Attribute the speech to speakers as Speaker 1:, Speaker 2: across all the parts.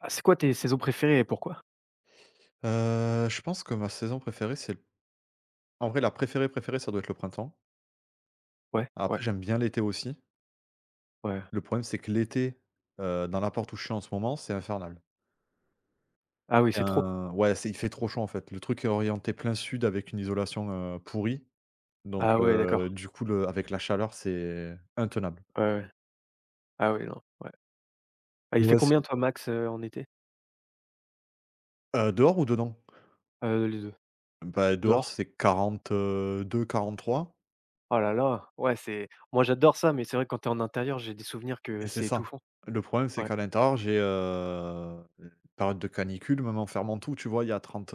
Speaker 1: Ah, c'est quoi tes saisons préférées et pourquoi?
Speaker 2: Je pense que ma saison préférée, c'est l en vrai, la préférée, préférée, ça doit être le printemps.
Speaker 1: Ouais,
Speaker 2: Après,
Speaker 1: ouais,
Speaker 2: j'aime bien l'été aussi.
Speaker 1: ouais.
Speaker 2: Le problème, c'est que l'été, dans la porte où je suis en ce moment, c'est infernal.
Speaker 1: Ah oui,
Speaker 2: C'est
Speaker 1: c'est trop?
Speaker 2: un Ouais, c'est il fait trop chaud, en fait. Le truc est orienté plein sud avec une isolation, pourrie. Donc
Speaker 1: Ah ouais, d'accord.
Speaker 2: du coup, le avec la chaleur, c'est intenable.
Speaker 1: Ouais, ouais. Ah oui, non, ouais. Ah, il
Speaker 2: Mais
Speaker 1: fait
Speaker 2: voici
Speaker 1: combien toi max, en été?
Speaker 2: Dehors ou dedans?
Speaker 1: Les 2.
Speaker 2: Bah, dehors,
Speaker 1: Dehors?
Speaker 2: c'est 42, 43.
Speaker 1: Oh là là, ouais, c'est moi j'adore ça, mais c'est vrai que quand t'es en intérieur, j'ai des souvenirs
Speaker 2: Et
Speaker 1: que
Speaker 2: c'est
Speaker 1: c'est
Speaker 2: ça.
Speaker 1: étouffant.
Speaker 2: Le problème, c'est
Speaker 1: Ouais,
Speaker 2: qu'à l'intérieur, j'ai, période de canicule, même en fermant tout, tu vois, il y a trente,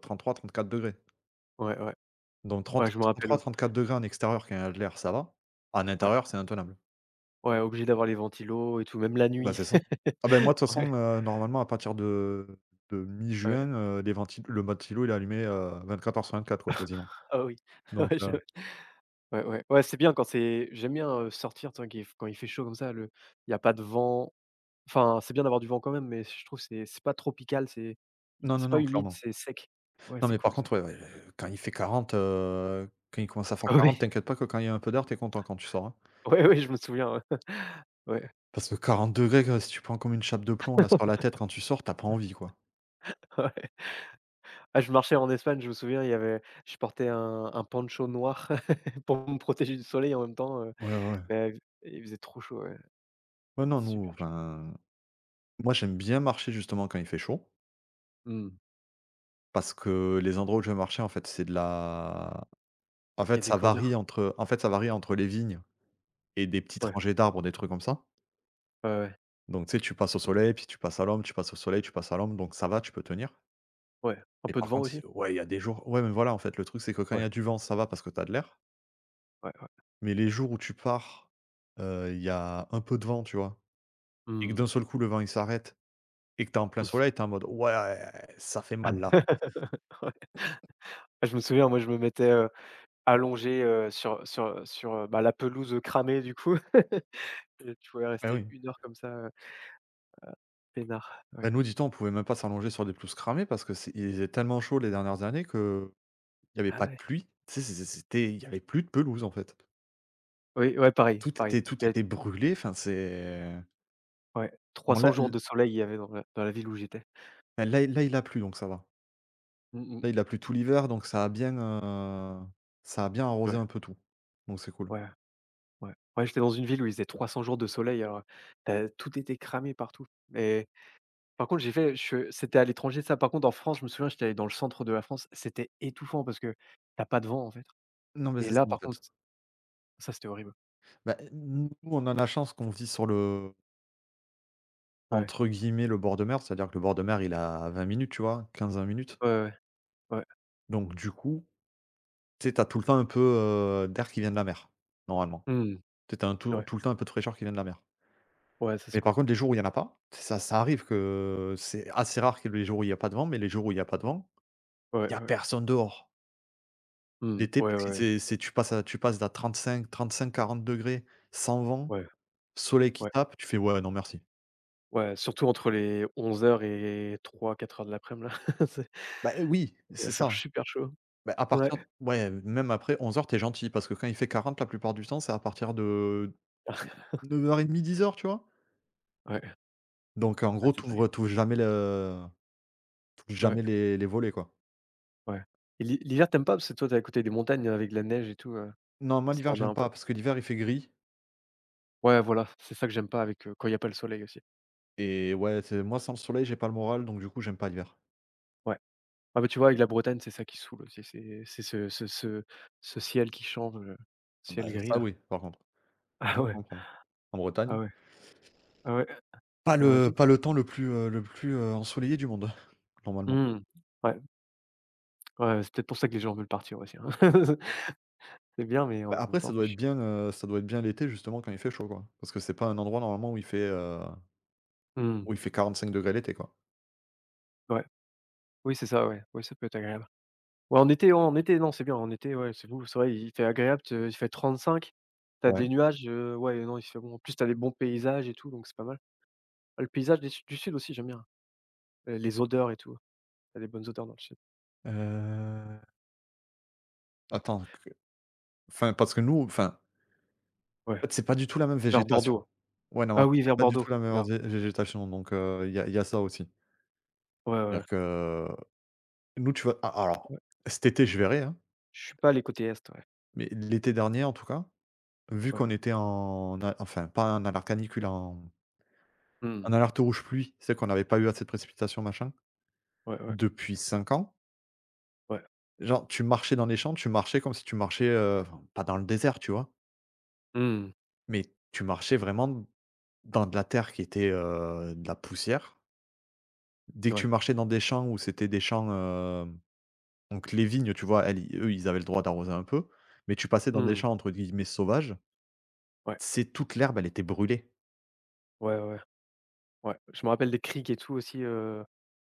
Speaker 2: trente trois, trente quatre degrés.
Speaker 1: ouais, ouais.
Speaker 2: Donc trente,
Speaker 1: Ouais, je me
Speaker 2: trente
Speaker 1: rappelle,
Speaker 2: trois,
Speaker 1: ouais.
Speaker 2: trente quatre degrés en extérieur quand il y a de l'air, ça va. En
Speaker 1: Ouais,
Speaker 2: intérieur, c'est intenable.
Speaker 1: ouais, obligé d'avoir les ventilos et tout, même la
Speaker 2: Bah,
Speaker 1: nuit.
Speaker 2: c'est ça. Ah ben moi, de toute
Speaker 1: Ouais,
Speaker 2: façon, normalement, à partir de mi-juin,
Speaker 1: ouais.
Speaker 2: les venti le ventilo, il est allumé, 24 heures sur 24, quoi, quasiment.
Speaker 1: Ah oui.
Speaker 2: Donc
Speaker 1: Ouais, je ouais, ouais. Ouais, c'est bien quand c'est j'aime bien, sortir, tu vois, qu'il quand il fait chaud comme ça, le il y a pas de vent. Enfin, c'est bien d'avoir du vent quand même, mais je trouve c'est pas tropical,
Speaker 2: non, non,
Speaker 1: c'est pas
Speaker 2: non,
Speaker 1: humide,
Speaker 2: clairement.
Speaker 1: c'est sec. Ouais,
Speaker 2: Non,
Speaker 1: c'est
Speaker 2: mais par
Speaker 1: cool ça.
Speaker 2: contre, ouais, ouais, quand il fait 40, quand il commence à faire
Speaker 1: Ah
Speaker 2: 40,
Speaker 1: oui,
Speaker 2: t'inquiète pas que quand il y a un peu d'air, t'es content quand tu sors, hein.
Speaker 1: ouais, ouais, je me souviens, ouais. Ouais,
Speaker 2: Parce que 40°, que si tu prends comme une chape de plomb là sur la tête quand tu sors, t'as pas envie quoi.
Speaker 1: ouais. Ah, je marchais en Espagne, je me souviens, il y avait je portais un poncho noir pour me protéger du soleil en même temps,
Speaker 2: Ouais, ouais, ouais.
Speaker 1: mais il faisait trop chaud, ouais,
Speaker 2: Ouais, non, nous,
Speaker 1: super chaud.
Speaker 2: enfin, moi j'aime bien marcher justement quand il fait chaud,
Speaker 1: Mmh.
Speaker 2: parce que les endroits où je vais marcher en fait, c'est de la en
Speaker 1: Il y a
Speaker 2: fait
Speaker 1: des
Speaker 2: ça
Speaker 1: courants
Speaker 2: varie
Speaker 1: d'air.
Speaker 2: entre les vignes et des petites
Speaker 1: Ouais,
Speaker 2: rangées d'arbres, des trucs comme ça.
Speaker 1: ouais, ouais,
Speaker 2: Donc tu sais, tu passes au soleil, puis tu passes à l'ombre, tu passes au soleil, tu passes à l'ombre, donc ça va, tu peux tenir.
Speaker 1: ouais. Un
Speaker 2: Et
Speaker 1: peu de
Speaker 2: par
Speaker 1: vent
Speaker 2: contre,
Speaker 1: aussi?
Speaker 2: c'est ouais, il y a des jours ouais, mais voilà en fait le truc c'est que quand il y
Speaker 1: Ouais,
Speaker 2: a du vent, ça va parce que t'as de l'air,
Speaker 1: ouais, ouais.
Speaker 2: mais les jours où tu pars, il y a un peu de vent, tu vois? Et que
Speaker 1: Mmh.
Speaker 2: d'un seul coup, le vent, il s'arrête et que t'es en plein soleil, t'es en mode: «Ouais, ça fait mal là».
Speaker 1: Ouais. Ah, je me souviens, moi, je me mettais, allongé, sur sur, sur, bah, la pelouse, cramée du coup. Et tu pouvais
Speaker 2: Bah
Speaker 1: rester
Speaker 2: oui.
Speaker 1: une heure comme ça, peinard, ouais.
Speaker 2: Ben nous, dis-toi, on pouvait même pas s'allonger sur des pelouses cramées parce que c'est il faisait tellement chaud les dernières années que il y avait
Speaker 1: Ah
Speaker 2: pas de
Speaker 1: ouais.
Speaker 2: pluie. Tu sais, c'était il y avait plus de pelouse en fait.
Speaker 1: Oui, ouais, pareil, pareil.
Speaker 2: Tout
Speaker 1: Il y a
Speaker 2: était brûlé, enfin c'est
Speaker 1: ouais, trois
Speaker 2: bon
Speaker 1: cents
Speaker 2: là
Speaker 1: jours
Speaker 2: l
Speaker 1: de soleil, il y avait dans la ville où j'étais.
Speaker 2: enfin, là, il a plu donc ça va.
Speaker 1: Mmh
Speaker 2: Là,
Speaker 1: mh.
Speaker 2: il a plu tout l'hiver donc ça a bien arrosé
Speaker 1: Ouais,
Speaker 2: un peu tout. Donc c'est cool.
Speaker 1: ouais, ouais. Ouais, j'étais dans une ville où il faisait 300 jours de soleil, alors, tout était cramé partout. Et par contre, j'ai fait je c'était à l'étranger, ça. Par contre, en France, je me souviens, j'étais allé dans le centre de la France, c'était étouffant parce que tu as pas de vent, en fait.
Speaker 2: Non mais
Speaker 1: Et
Speaker 2: c'est
Speaker 1: là,
Speaker 2: ça en
Speaker 1: par
Speaker 2: fait.
Speaker 1: contre, c ça, c'était horrible.
Speaker 2: Bah, nous, on a la chance qu'on vit sur le
Speaker 1: Ouais,
Speaker 2: Entre guillemets, le bord de mer, c'est-à-dire que le bord de mer, il a 20 minutes, tu vois? 15-20 minutes.
Speaker 1: ouais, ouais, ouais.
Speaker 2: Donc du coup, tu sais, tu tout le temps un peu, d'air qui vient de la mer, normalement.
Speaker 1: Mmh,
Speaker 2: Tu sais, tu un tout
Speaker 1: ouais,
Speaker 2: tout le temps un peu de fraîcheur qui vient de la mer.
Speaker 1: ouais, ça,
Speaker 2: Mais
Speaker 1: c'est cool.
Speaker 2: par contre, les jours où il y en a pas, ça arrive que c'est assez rare que les jours où il y a pas de vent, mais les jours où il y a pas de vent, il
Speaker 1: Ouais,
Speaker 2: y a
Speaker 1: ouais.
Speaker 2: personne dehors.
Speaker 1: Mmh.
Speaker 2: L'été,
Speaker 1: Ouais, ouais,
Speaker 2: parce que
Speaker 1: ouais,
Speaker 2: c'est tu passes à tu passes d'à 35-40 degrés, sans vent,
Speaker 1: ouais.
Speaker 2: soleil qui tape, tu fais: «Ouais, non merci».
Speaker 1: Ouais, surtout entre les 11 heures et trois quatre heures de l'après-midi là, c'est
Speaker 2: Bah, eh oui,
Speaker 1: il va
Speaker 2: c'est
Speaker 1: faire
Speaker 2: ça.
Speaker 1: super chaud.
Speaker 2: Bah, à
Speaker 1: Ouais.
Speaker 2: partir ouais, même après 11h t'es gentil parce que quand il fait 40 la plupart du temps, c'est à partir de 9h30, 10h tu vois?
Speaker 1: Ouais,
Speaker 2: Donc en
Speaker 1: ah
Speaker 2: gros,
Speaker 1: c'est dingue.
Speaker 2: t'ouvres jamais le tu
Speaker 1: Ouais,
Speaker 2: jamais les volets, quoi.
Speaker 1: ouais. Et l'hi l'hiver, t'aimes pas? Parce que toi, tu es à côté des montagnes avec de la neige et tout,
Speaker 2: Non, moi,
Speaker 1: si tu
Speaker 2: l'hiver,
Speaker 1: en as
Speaker 2: j'aime
Speaker 1: un peu?
Speaker 2: pas parce que l'hiver, il fait gris
Speaker 1: Ouais, voilà, c'est ça que j'aime pas avec, quand il y a pas le soleil aussi.
Speaker 2: et ouais, c'est moi, sans le soleil, j'ai pas le moral, donc du coup, j'aime pas l'hiver.
Speaker 1: Ouais. Ah bah, tu vois, avec la Bretagne, c'est ça qui saoule aussi, c'est ce ce ce ce ciel qui change,
Speaker 2: Bah,
Speaker 1: ciel gris
Speaker 2: ça,
Speaker 1: là.
Speaker 2: oui, par contre, ça,
Speaker 1: Ah
Speaker 2: je peux
Speaker 1: ouais,
Speaker 2: comprendre. En Bretagne,
Speaker 1: ah ouais, ah ouais, il y en a tout le
Speaker 2: pas
Speaker 1: temps.
Speaker 2: le temps le plus, ensoleillé du monde, normalement.
Speaker 1: Mmh. Ouais, ouais, c'est peut-être pour ça que les gens veulent partir aussi, hein. C'est bien, mais
Speaker 2: Bah,
Speaker 1: en même
Speaker 2: après,
Speaker 1: temps, c'est chiant.
Speaker 2: ça doit être bien l'été, justement, quand il fait chaud, quoi, parce que c'est pas un endroit, normalement, où il fait, euh,
Speaker 1: Mmh.
Speaker 2: Où il fait 45 degrés l'été, quoi.
Speaker 1: Ouais. Oui, c'est ça, ouais. Ouais, ça peut être agréable. Ouais, en été, non, c'est bien, en été, ouais, c'est beau, c'est vrai, il fait agréable, te il fait 35. T'as
Speaker 2: Ouais.
Speaker 1: des nuages, ouais, non, il fait bon. En plus, t'as des bons paysages et tout, donc c'est pas mal. Ah, le paysage des su du sud aussi, j'aime bien. Les odeurs et tout, t'as des bonnes odeurs dans le sud.
Speaker 2: Heu,
Speaker 1: Ouais,
Speaker 2: attends que Enfin, parce que nous, enfin,
Speaker 1: ouais,
Speaker 2: en fait, c'est pas du tout la même
Speaker 1: vers
Speaker 2: végétation.
Speaker 1: Bordeaux.
Speaker 2: Ouais, non, mais en
Speaker 1: Ah
Speaker 2: fait,
Speaker 1: oui,
Speaker 2: c'est
Speaker 1: vers
Speaker 2: pas du
Speaker 1: Bordeaux,
Speaker 2: tout la même
Speaker 1: vers
Speaker 2: ordi végétation, donc il y a ça aussi.
Speaker 1: ouais, ouais, ouais,
Speaker 2: C'est-à-dire que nous, tu vois? A Alors,
Speaker 1: ouais.
Speaker 2: cet été, je verrai, hein,
Speaker 1: Je suis pas les côtés est, ouais,
Speaker 2: mais l'été dernier, en tout cas, vu
Speaker 1: ouais.
Speaker 2: qu'on était en a enfin, pas en alerte canicule, en
Speaker 1: Mmh
Speaker 2: alerte rouge pluie, c'est qu'on n'avait pas eu assez de précipitations, machin,
Speaker 1: ouais, ouais,
Speaker 2: depuis 5 ans,
Speaker 1: ouais.
Speaker 2: genre, tu marchais dans les champs, tu marchais comme si tu marchais, enfin, pas dans le désert, tu vois?
Speaker 1: Mmh
Speaker 2: Mais tu marchais vraiment dans de la terre qui était, de la poussière. Dès que tu
Speaker 1: ouais.
Speaker 2: marchais dans des champs où c'était des champs, donc les vignes, tu vois, elles, i eux, ils avaient le droit d'arroser un peu, mais tu passais dans des
Speaker 1: Mmh.
Speaker 2: champs entre guillemets «sauvages»,
Speaker 1: Ouais.
Speaker 2: c'est toute l'herbe, elle était brûlée.
Speaker 1: Ouais, ouais, ouais. Ouais, je me rappelle des criques et tout aussi,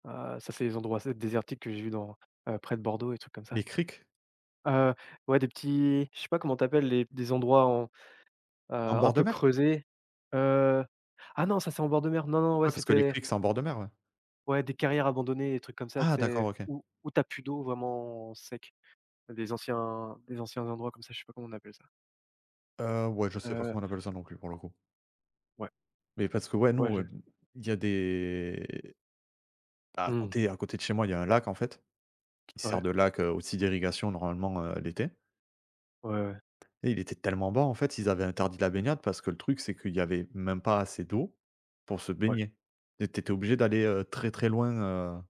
Speaker 1: ça c'est les endroits assez désertiques que j'ai vus dans, près de Bordeaux et trucs comme ça.
Speaker 2: Les criques,
Speaker 1: Heu, ouais des petits je sais pas comment t'appelles les des endroits en,
Speaker 2: en
Speaker 1: un
Speaker 2: bord de
Speaker 1: peu
Speaker 2: mer?
Speaker 1: creusés, heu, ah non ça c'est en bord de mer. Non, non, ouais
Speaker 2: Ouais, parce que les
Speaker 1: c'était
Speaker 2: criques, c'est en bord de mer, ouais.
Speaker 1: ouais des carrières abandonnées, des trucs comme ça, tu
Speaker 2: Ah d'accord,
Speaker 1: sais?
Speaker 2: OK.
Speaker 1: Où où t'as plus d'eau vraiment sec, des anciens endroits comme ça, je sais pas comment on appelle ça.
Speaker 2: Ouais, je sais pas
Speaker 1: Heu,
Speaker 2: comment on appelle ça non plus pour le coup.
Speaker 1: ouais,
Speaker 2: Mais parce que ouais,
Speaker 1: ouais
Speaker 2: nous,
Speaker 1: je
Speaker 2: il y a des
Speaker 1: mmh,
Speaker 2: à côté de chez moi, il y a un lac en fait, qui sert
Speaker 1: ouais,
Speaker 2: de lac, aussi d'irrigation normalement, l'été.
Speaker 1: ouais, ouais, ouais,
Speaker 2: Et il était tellement bas en fait, ils avaient interdit la baignade parce que le truc c'est qu'il y avait même pas assez d'eau pour se
Speaker 1: ouais.
Speaker 2: baigner. Tu étais obligé d'aller, très, très loin, heu,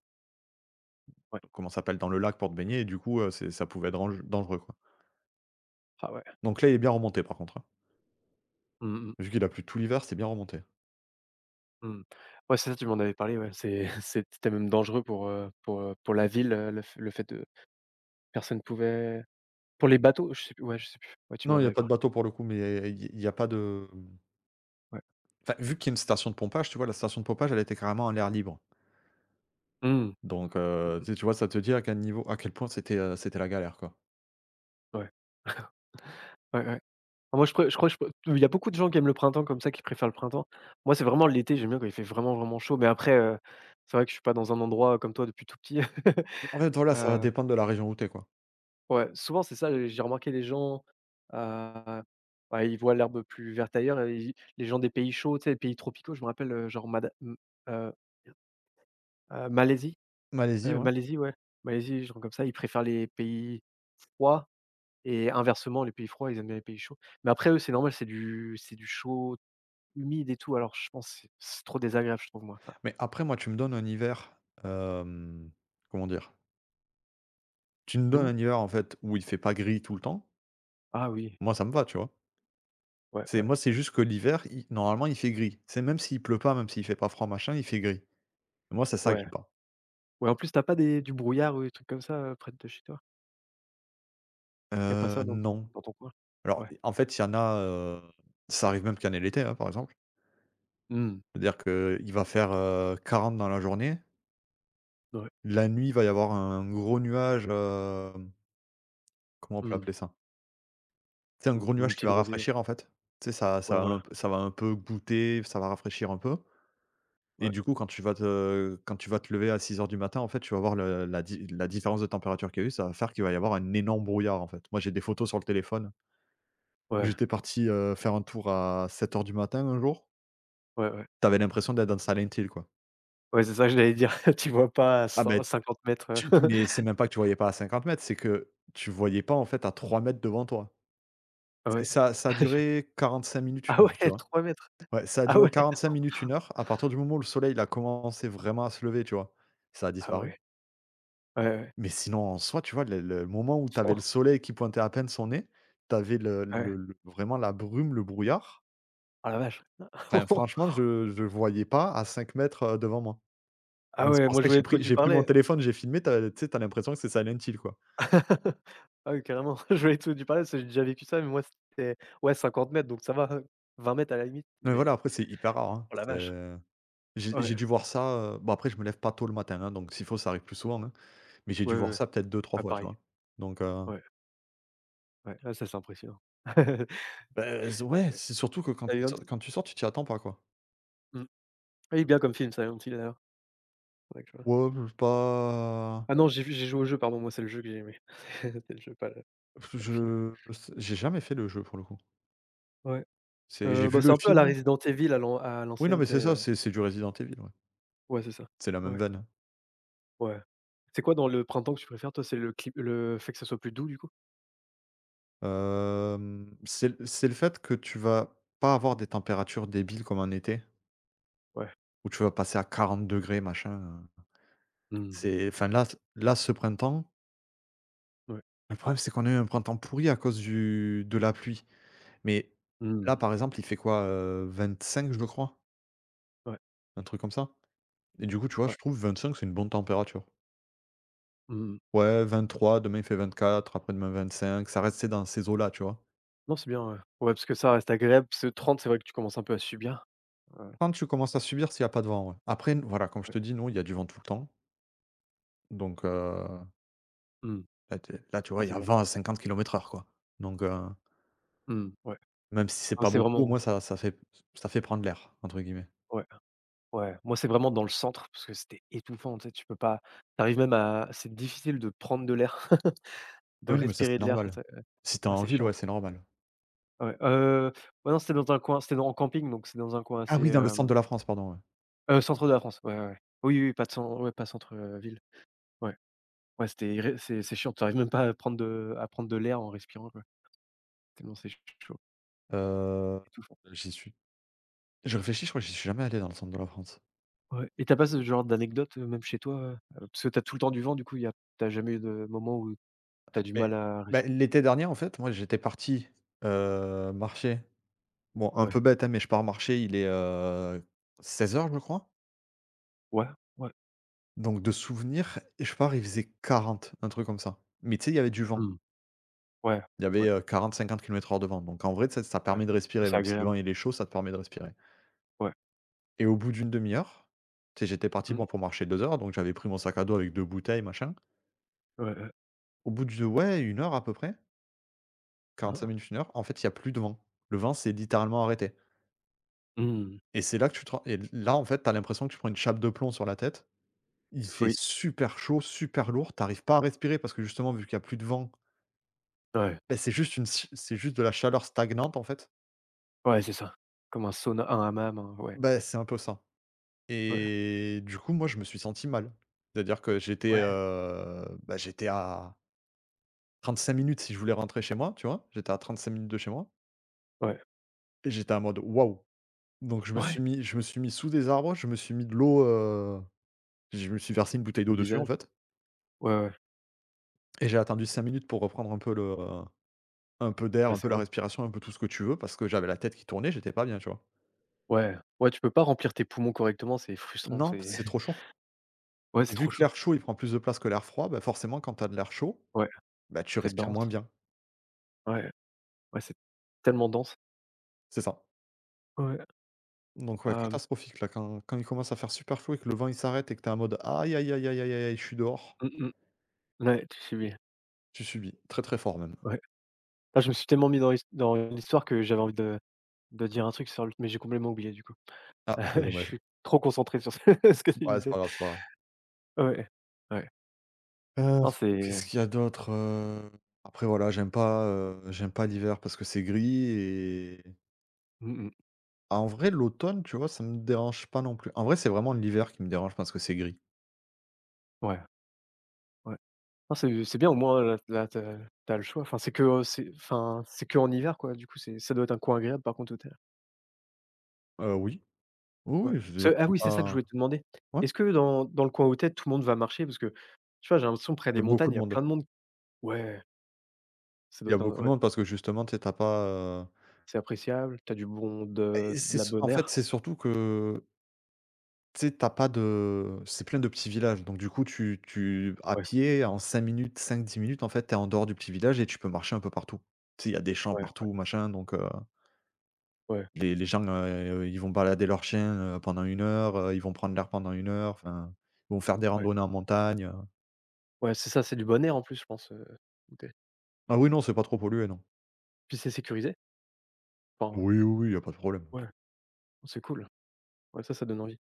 Speaker 1: Ouais.
Speaker 2: comment ça s'appelle? Dans le lac pour te baigner et du coup, c'est ça pouvait être dangereux, quoi.
Speaker 1: Ah ouais.
Speaker 2: Donc là, il est bien remonté par contre, hein.
Speaker 1: Mmh mh.
Speaker 2: Vu qu'il a plu tout l'hiver, c'est bien remonté.
Speaker 1: Mmh. Ouais, c'est ça, tu m'en avais parlé, ouais. C'est c'est c'était même dangereux pour la ville, le f le fait de personne pouvait pour les bateaux, je sais plus, ouais, je sais plus. Ouais, tu m'en
Speaker 2: Non, il y a
Speaker 1: avais
Speaker 2: pas de
Speaker 1: parlé,
Speaker 2: bateau pour le coup, mais il y a pas de, mmh
Speaker 1: ouais.
Speaker 2: enfin, vu qu'il y a une station de pompage, tu vois? La station de pompage, elle était carrément en l'air libre.
Speaker 1: Mmh.
Speaker 2: Donc
Speaker 1: Mmh
Speaker 2: tu sais, tu vois? Ça te dit à quel point c'était la galère, quoi.
Speaker 1: ouais, ouais, ouais. Ah, moi, je pré je crois que je pr il y a beaucoup de gens qui aiment le printemps comme ça, qui préfèrent le printemps. Moi, c'est vraiment l'été, j'aime bien quand il fait vraiment, vraiment chaud, mais après, c'est vrai que je suis pas dans un endroit comme toi depuis tout petit.
Speaker 2: En fait, voilà, ça va
Speaker 1: Heu
Speaker 2: dépendre de la région où tu quoi.
Speaker 1: Ouais, souvent c'est ça, j'ai remarqué les gens, heu, bah, ils voient l'herbe plus verte ailleurs et ils les gens des pays chauds, tu sais, les pays tropicaux, je me rappelle, genre Mada mmh, heu Malaisie,
Speaker 2: Malaisie, ouais.
Speaker 1: Malaisie, ouais, Malaisie, genre comme ça, ils préfèrent les pays froids et inversement, les pays froids, ils aiment bien les pays chauds. Mais après eux, c'est normal, c'est du chaud humide et tout, alors je pense que c'est trop désagréable, je trouve moi, ça.
Speaker 2: Mais après, moi, tu me donnes un hiver, hem, comment dire? Tu me donnes
Speaker 1: Loup?
Speaker 2: un hiver, en fait, où il fait pas gris tout le temps,
Speaker 1: Ah oui,
Speaker 2: moi, ça me va, tu vois?
Speaker 1: ouais,
Speaker 2: C'est
Speaker 1: ouais,
Speaker 2: moi, c'est juste que l'hiver, il normalement, il fait gris. C'est même s'il pleut pas, même s'il fait pas froid, machin, il fait gris. Moi, c'est ça que
Speaker 1: ouais,
Speaker 2: j'aime pas.
Speaker 1: ouais, en plus t'as pas des du brouillard ou des trucs comme ça, près de chez toi? Il y a pas
Speaker 2: Heu,
Speaker 1: ça
Speaker 2: non.
Speaker 1: dans ton coin?
Speaker 2: Alors,
Speaker 1: Ouais.
Speaker 2: en fait, il y en a, ça arrive même qu'il y en ait l'été, hein, par exemple.
Speaker 1: Mmh.
Speaker 2: C'est-à-dire qu'il va faire, 40 dans la journée.
Speaker 1: Ouais,
Speaker 2: La nuit, il va y avoir un gros nuage, comment on peut
Speaker 1: mmh.
Speaker 2: appeler ça? C'est un gros
Speaker 1: Ou une
Speaker 2: nuage qui
Speaker 1: petite
Speaker 2: va
Speaker 1: rosée,
Speaker 2: rafraîchir en fait. Tu sais,
Speaker 1: ouais, voilà.
Speaker 2: ça va un peu goûter, ça va rafraîchir un peu et
Speaker 1: Ouais,
Speaker 2: du coup quand tu vas te lever à 6h du matin en fait, tu vas voir le la di la différence de température qu'il y a eu, ça va faire qu'il va y avoir un énorme brouillard en fait. Moi j'ai des photos sur le téléphone.
Speaker 1: ouais,
Speaker 2: J'étais parti, faire un tour à 7h du matin un jour.
Speaker 1: ouais, ouais.
Speaker 2: T'avais l'impression d'être dans Silent Hill quoi.
Speaker 1: Ouais, c'est ça que j'allais dire. Tu vois pas à
Speaker 2: Ah ben,
Speaker 1: 150 mètres,
Speaker 2: tu mais c'est même pas que tu voyais pas à 50 mètres, c'est que tu voyais pas en fait à 3 mètres devant toi.
Speaker 1: ouais.
Speaker 2: C'est ça ça a duré 45 minutes,
Speaker 1: Ah
Speaker 2: une heure, tu
Speaker 1: ouais,
Speaker 2: vois?
Speaker 1: 3 mètres.
Speaker 2: Ouais, ça a
Speaker 1: Ah
Speaker 2: duré
Speaker 1: ouais!
Speaker 2: 45 minutes, une heure. À partir du moment où le soleil, il a commencé vraiment à se lever, tu vois? Ça a
Speaker 1: Ah
Speaker 2: disparu.
Speaker 1: ouais. Ouais, ouais.
Speaker 2: Mais sinon, en soi, tu vois, le moment où tu avais le
Speaker 1: Oh!
Speaker 2: soleil qui pointait à peine son nez, tu avais
Speaker 1: Ah ouais.
Speaker 2: le vraiment la brume, le brouillard.
Speaker 1: Ah la vache!
Speaker 2: Enfin, franchement, je voyais pas à 5 mètres devant moi.
Speaker 1: Ah
Speaker 2: Donc c'est
Speaker 1: ouais,
Speaker 2: pour
Speaker 1: moi je
Speaker 2: ça que
Speaker 1: voyais de quoi tu
Speaker 2: j'ai pris mon
Speaker 1: parlais.
Speaker 2: téléphone, j'ai filmé, tu sais, t'as l'impression que c'est Silent Hill, quoi.
Speaker 1: Ah oui, carrément. Je voyais de quoi tu parlais parce que j'ai déjà vécu ça, mais moi c'était ouais 50 mètres donc ça va, hein, 20 mètres à la limite,
Speaker 2: Mais voilà,
Speaker 1: mais
Speaker 2: après c'est hyper rare, hein.
Speaker 1: oh la vache!
Speaker 2: C'est
Speaker 1: Ouais,
Speaker 2: j'ai dû voir ça, bon après je me lève pas tôt le matin, hein, donc s'il faut, ça arrive plus souvent, hein. Mais j'ai dû
Speaker 1: ouais, ouais. Ouais,
Speaker 2: voir
Speaker 1: ouais.
Speaker 2: ça peut-être deux trois
Speaker 1: Ah
Speaker 2: fois, tu
Speaker 1: pareil.
Speaker 2: vois? Donc heu
Speaker 1: Ouais, ouais. Ah ça c'est impressionnant.
Speaker 2: Bah, z ouais,
Speaker 1: Ouais.
Speaker 2: c'est surtout que quand il
Speaker 1: Silent
Speaker 2: sort quand tu sors, tu t'y attends pas, quoi.
Speaker 1: mmh. Il est bien comme film Silent Hill d'ailleurs. D'accord.
Speaker 2: Ouais, b pas.
Speaker 1: Ah non, j'ai vu j'ai joué au jeu, pardon, moi, c'est le jeu que j'ai aimé. C'est le jeu, pas le pas le film.
Speaker 2: Je s J'ai jamais fait le jeu, pour le coup.
Speaker 1: Ouais,
Speaker 2: C'est J'ai
Speaker 1: bah,
Speaker 2: vu
Speaker 1: c'est
Speaker 2: le
Speaker 1: un peu à la
Speaker 2: film.
Speaker 1: Resident Evil à l'an à
Speaker 2: Oui, non,
Speaker 1: l'ancienne,
Speaker 2: mais
Speaker 1: tu
Speaker 2: c'est
Speaker 1: sais,
Speaker 2: ça, c'est du Resident Evil, ouais.
Speaker 1: ouais, c'est ça.
Speaker 2: C'est la même
Speaker 1: Ouais,
Speaker 2: veine.
Speaker 1: ouais. C'est quoi dans le printemps que tu préfères, toi? C'est le clip le fait que ça soit plus doux, du coup?
Speaker 2: Hem, C'est le fait que tu vas pas avoir des températures débiles comme en été,
Speaker 1: Ouais.
Speaker 2: où tu vas passer à 40 degrés machin.
Speaker 1: Mmh.
Speaker 2: C'est Enfin, là, ce printemps,
Speaker 1: Ouais.
Speaker 2: le problème, c'est qu'on a eu un printemps pourri à cause du de la pluie. Mais là,
Speaker 1: Mmh.
Speaker 2: par exemple, il fait quoi? 25, je le crois,
Speaker 1: Ouais,
Speaker 2: un truc comme ça. Et du coup, tu vois, je
Speaker 1: ouais.
Speaker 2: trouve 25, c'est une bonne température.
Speaker 1: Mmh
Speaker 2: Ouais, 23, demain il fait 24, après-demain 25, ça reste c'est dans ces eaux-là, tu vois.
Speaker 1: non, c'est bien, ouais. Ouais, parce que ça reste agréable, ce 30 c'est vrai que tu commences un peu à subir. Ouais,
Speaker 2: Quand tu commences à subir s'il n'y a pas de vent, ouais. Après, voilà, comme je
Speaker 1: ouais.
Speaker 2: te dis, nous, il y a du vent tout le temps. Donc
Speaker 1: Mmh.
Speaker 2: là, tu
Speaker 1: Ah,
Speaker 2: vois, il y
Speaker 1: c'est
Speaker 2: a
Speaker 1: bien.
Speaker 2: 20 à 50 km heure, quoi. Donc
Speaker 1: Mmh, ouais.
Speaker 2: même si c'est
Speaker 1: Ah,
Speaker 2: pas
Speaker 1: c'est
Speaker 2: beaucoup, au
Speaker 1: vraiment
Speaker 2: moins ça fait prendre l'air, entre guillemets.
Speaker 1: ouais. Ouais, moi, c'est vraiment dans le centre parce que c'était étouffant, tu sais, tu peux pas t'arrives même à c'est difficile de prendre de l'air, de
Speaker 2: Ah, oui, non, mais ça,
Speaker 1: respirer
Speaker 2: c'est
Speaker 1: de l'air,
Speaker 2: normal.
Speaker 1: c'est
Speaker 2: Si t'es
Speaker 1: ah,
Speaker 2: en
Speaker 1: c'est
Speaker 2: ville,
Speaker 1: chiant,
Speaker 2: ouais,
Speaker 1: ça.
Speaker 2: c'est normal.
Speaker 1: Ouais, ouais, non, c'était dans un coin c'était dans en camping, donc c'est dans un coin
Speaker 2: Ah
Speaker 1: assez,
Speaker 2: oui, dans le centre de la France, pardon, ouais.
Speaker 1: centre de la France, ouais, ouais, ouais. Oui, oui, oui, pas de cen ouais, pas centre, ville. Ouais, ouais, c'était irré c'est chiant, t'arrives même pas à prendre de à prendre de l'air en respirant, quoi, tellement c'est ch chaud,
Speaker 2: Euh,
Speaker 1: étouffant.
Speaker 2: J'y suis. Je réfléchis, je crois que j'y suis jamais allé dans le centre de la France.
Speaker 1: Ouais et t'as pas ce genre d'anecdote, même chez toi, heu? Parce que t'as tout le temps du vent, du coup, il y a t'as jamais eu de moment où t'as du
Speaker 2: Mais
Speaker 1: mal à
Speaker 2: bah,
Speaker 1: respirer.
Speaker 2: l'été dernier, en fait, moi, j'étais parti, marcher. Bon, un
Speaker 1: Ouais.
Speaker 2: peu bête, hein, mais je pars marcher, il est, 16 h, je crois.
Speaker 1: Ouais, ouais.
Speaker 2: Donc de souvenir, et je pars, il faisait 40, un truc comme ça. Mais tu sais, il y avait du vent.
Speaker 1: Mmh. Ouais,
Speaker 2: Il y avait,
Speaker 1: ouais,
Speaker 2: 40-50 kilomètres-heure de vent. Donc en vrai, ça
Speaker 1: ouais.
Speaker 2: permet de respirer,
Speaker 1: C'est
Speaker 2: même si le vent,
Speaker 1: agréable,
Speaker 2: il est chaud, ça te permet de respirer.
Speaker 1: ouais.
Speaker 2: Et au bout d'une demi-heure, tu sais, j'étais parti, bon,
Speaker 1: Mmh.
Speaker 2: pour marcher 2 heures, donc j'avais pris mon sac à dos avec 2 bouteilles, machin.
Speaker 1: Ouais, ouais.
Speaker 2: Au bout de ouais, une heure à peu près,
Speaker 1: Hein,
Speaker 2: quarante-cinq
Speaker 1: hein.
Speaker 2: minutes, une heure, en fait, il y a plus de vent. Le vent s'est littéralement arrêté.
Speaker 1: Mmh.
Speaker 2: Et c'est là que tu te rends, et là, en fait, t'as l'impression que tu prends une chape de plomb sur la tête. Il fait
Speaker 1: Oui,
Speaker 2: super chaud, super lourd. T'arrives pas à respirer parce que justement, vu qu'il y a plus de vent,
Speaker 1: ouais.
Speaker 2: ben c'est juste de la chaleur stagnante, en fait.
Speaker 1: Ouais, c'est ça. Comme un sauna un hammam, hein, ouais,
Speaker 2: Ben c'est un peu ça,
Speaker 1: ouais,
Speaker 2: et du coup, moi, je me suis senti mal. C'est-à-dire que j'étais,
Speaker 1: ouais,
Speaker 2: bah, j'étais à 35 minutes si je voulais rentrer chez moi, tu vois? J'étais à 35 minutes de chez moi,
Speaker 1: ouais,
Speaker 2: et j'étais en mode: «Waouh!» Donc
Speaker 1: ouais.
Speaker 2: je me suis mis sous des arbres, je me suis mis de l'eau, je me suis versé une bouteille
Speaker 1: Le
Speaker 2: d'eau dessus, en
Speaker 1: visage.
Speaker 2: fait.
Speaker 1: Ouais, ouais.
Speaker 2: Et j'ai attendu 5 minutes pour reprendre un peu d'air,
Speaker 1: Ouais,
Speaker 2: un peu
Speaker 1: c'est
Speaker 2: la
Speaker 1: horrible.
Speaker 2: respiration, un peu tout ce que tu veux, parce que j'avais la tête qui tournait, j'étais pas bien, tu vois?
Speaker 1: Ouais, ouais, tu peux pas remplir tes poumons correctement, c'est frustrant,
Speaker 2: Non, parce
Speaker 1: c'est
Speaker 2: que c'est trop chaud,
Speaker 1: ouais,
Speaker 2: et
Speaker 1: c'est
Speaker 2: vu
Speaker 1: trop
Speaker 2: que
Speaker 1: chaud.
Speaker 2: l'air chaud, il prend plus de place que l'air froid, bah, forcément quand t'as de l'air chaud,
Speaker 1: Ouais,
Speaker 2: bah, tu
Speaker 1: c'est
Speaker 2: respires
Speaker 1: dense.
Speaker 2: moins bien.
Speaker 1: Ouais, ouais, c'est tellement dense.
Speaker 2: C'est ça.
Speaker 1: Ouais,
Speaker 2: Donc ouais,
Speaker 1: hem,
Speaker 2: catastrophique là, quand il commence à faire super chaud et que le vent, il s'arrête et que t'es en mode: «Aïe, aïe, aïe, aïe, aïe, aïe, je suis dehors»,
Speaker 1: mmh mh. Ouais, j'ai vu.
Speaker 2: tu subis. Très, très fort même.
Speaker 1: Ouais. Ah, je me suis tellement mis dans l'his dans l'histoire que j'avais envie de dire un truc sur le mais j'ai complètement oublié, du coup.
Speaker 2: Ah, bah,
Speaker 1: Je
Speaker 2: dommage.
Speaker 1: suis trop concentré sur ce ce que tu
Speaker 2: Ouais, c'est
Speaker 1: disais.
Speaker 2: pas grave, c'est pas grave.
Speaker 1: Ouais, ouais.
Speaker 2: Heu,
Speaker 1: Non,
Speaker 2: Qu'est-ce
Speaker 1: c'est
Speaker 2: qu'il y a d'autre, heu? Après voilà, j'aime pas l'hiver parce que c'est gris. Et
Speaker 1: mmh mh.
Speaker 2: en vrai, l'automne, tu vois, ça me dérange pas non plus. En vrai, c'est vraiment l'hiver qui me dérange parce que c'est gris.
Speaker 1: Ouais, ouais. Non, c'est bien au moins là là tu as le choix. Enfin, c'est que, c'est enfin, c'est qu'en hiver quoi, du coup, c'est ça doit être un coin agréable par contre Outhaya.
Speaker 2: Oui. Oui, oui,
Speaker 1: Ouais.
Speaker 2: je veux dire
Speaker 1: C'est
Speaker 2: je
Speaker 1: ah
Speaker 2: suis
Speaker 1: oui, c'est ça que je
Speaker 2: pas
Speaker 1: voulais te demander.
Speaker 2: ouais,
Speaker 1: Est-ce que dans dans le coin Outhaya, tout le monde va marcher? Parce que, tu vois, j'ai l'impression près
Speaker 2: il y
Speaker 1: des
Speaker 2: a beaucoup
Speaker 1: montagnes, il
Speaker 2: de
Speaker 1: y a
Speaker 2: monde.
Speaker 1: plein de monde ouais, ça
Speaker 2: Il y
Speaker 1: doit
Speaker 2: a
Speaker 1: être un
Speaker 2: beaucoup de
Speaker 1: ouais,
Speaker 2: monde parce que justement, tu sais, tu as pas, heu,
Speaker 1: c'est appréciable, tu as du bon
Speaker 2: bah, et c'est
Speaker 1: de la
Speaker 2: s en
Speaker 1: bonne
Speaker 2: fait,
Speaker 1: air.
Speaker 2: c'est surtout que, tu sais, tu as pas de c'est plein de petits villages, donc du coup, tu à
Speaker 1: Ouais,
Speaker 2: pied, en 5 minutes, 5, 10 minutes, en fait, tu es en dehors du petit village et tu peux marcher un peu partout. Tu sais, il y a des champs
Speaker 1: ouais, ouais,
Speaker 2: partout, machin, donc heu.
Speaker 1: ouais,
Speaker 2: Les gens, ils vont balader leurs chiens, pendant une heure, ils vont prendre l'air pendant une heure, enfin, ils vont faire des
Speaker 1: ouais.
Speaker 2: randonnées en montagne.
Speaker 1: Ouais, c'est ça, c'est du bon air en plus, je pense, Outhaya.
Speaker 2: Ah oui, non, c'est pas trop pollué, non.
Speaker 1: Puis c'est sécurisé? Enfin,
Speaker 2: Oui, oui, oui, il y a pas de problème.
Speaker 1: ouais, c'est cool. Ouais, ça donne envie.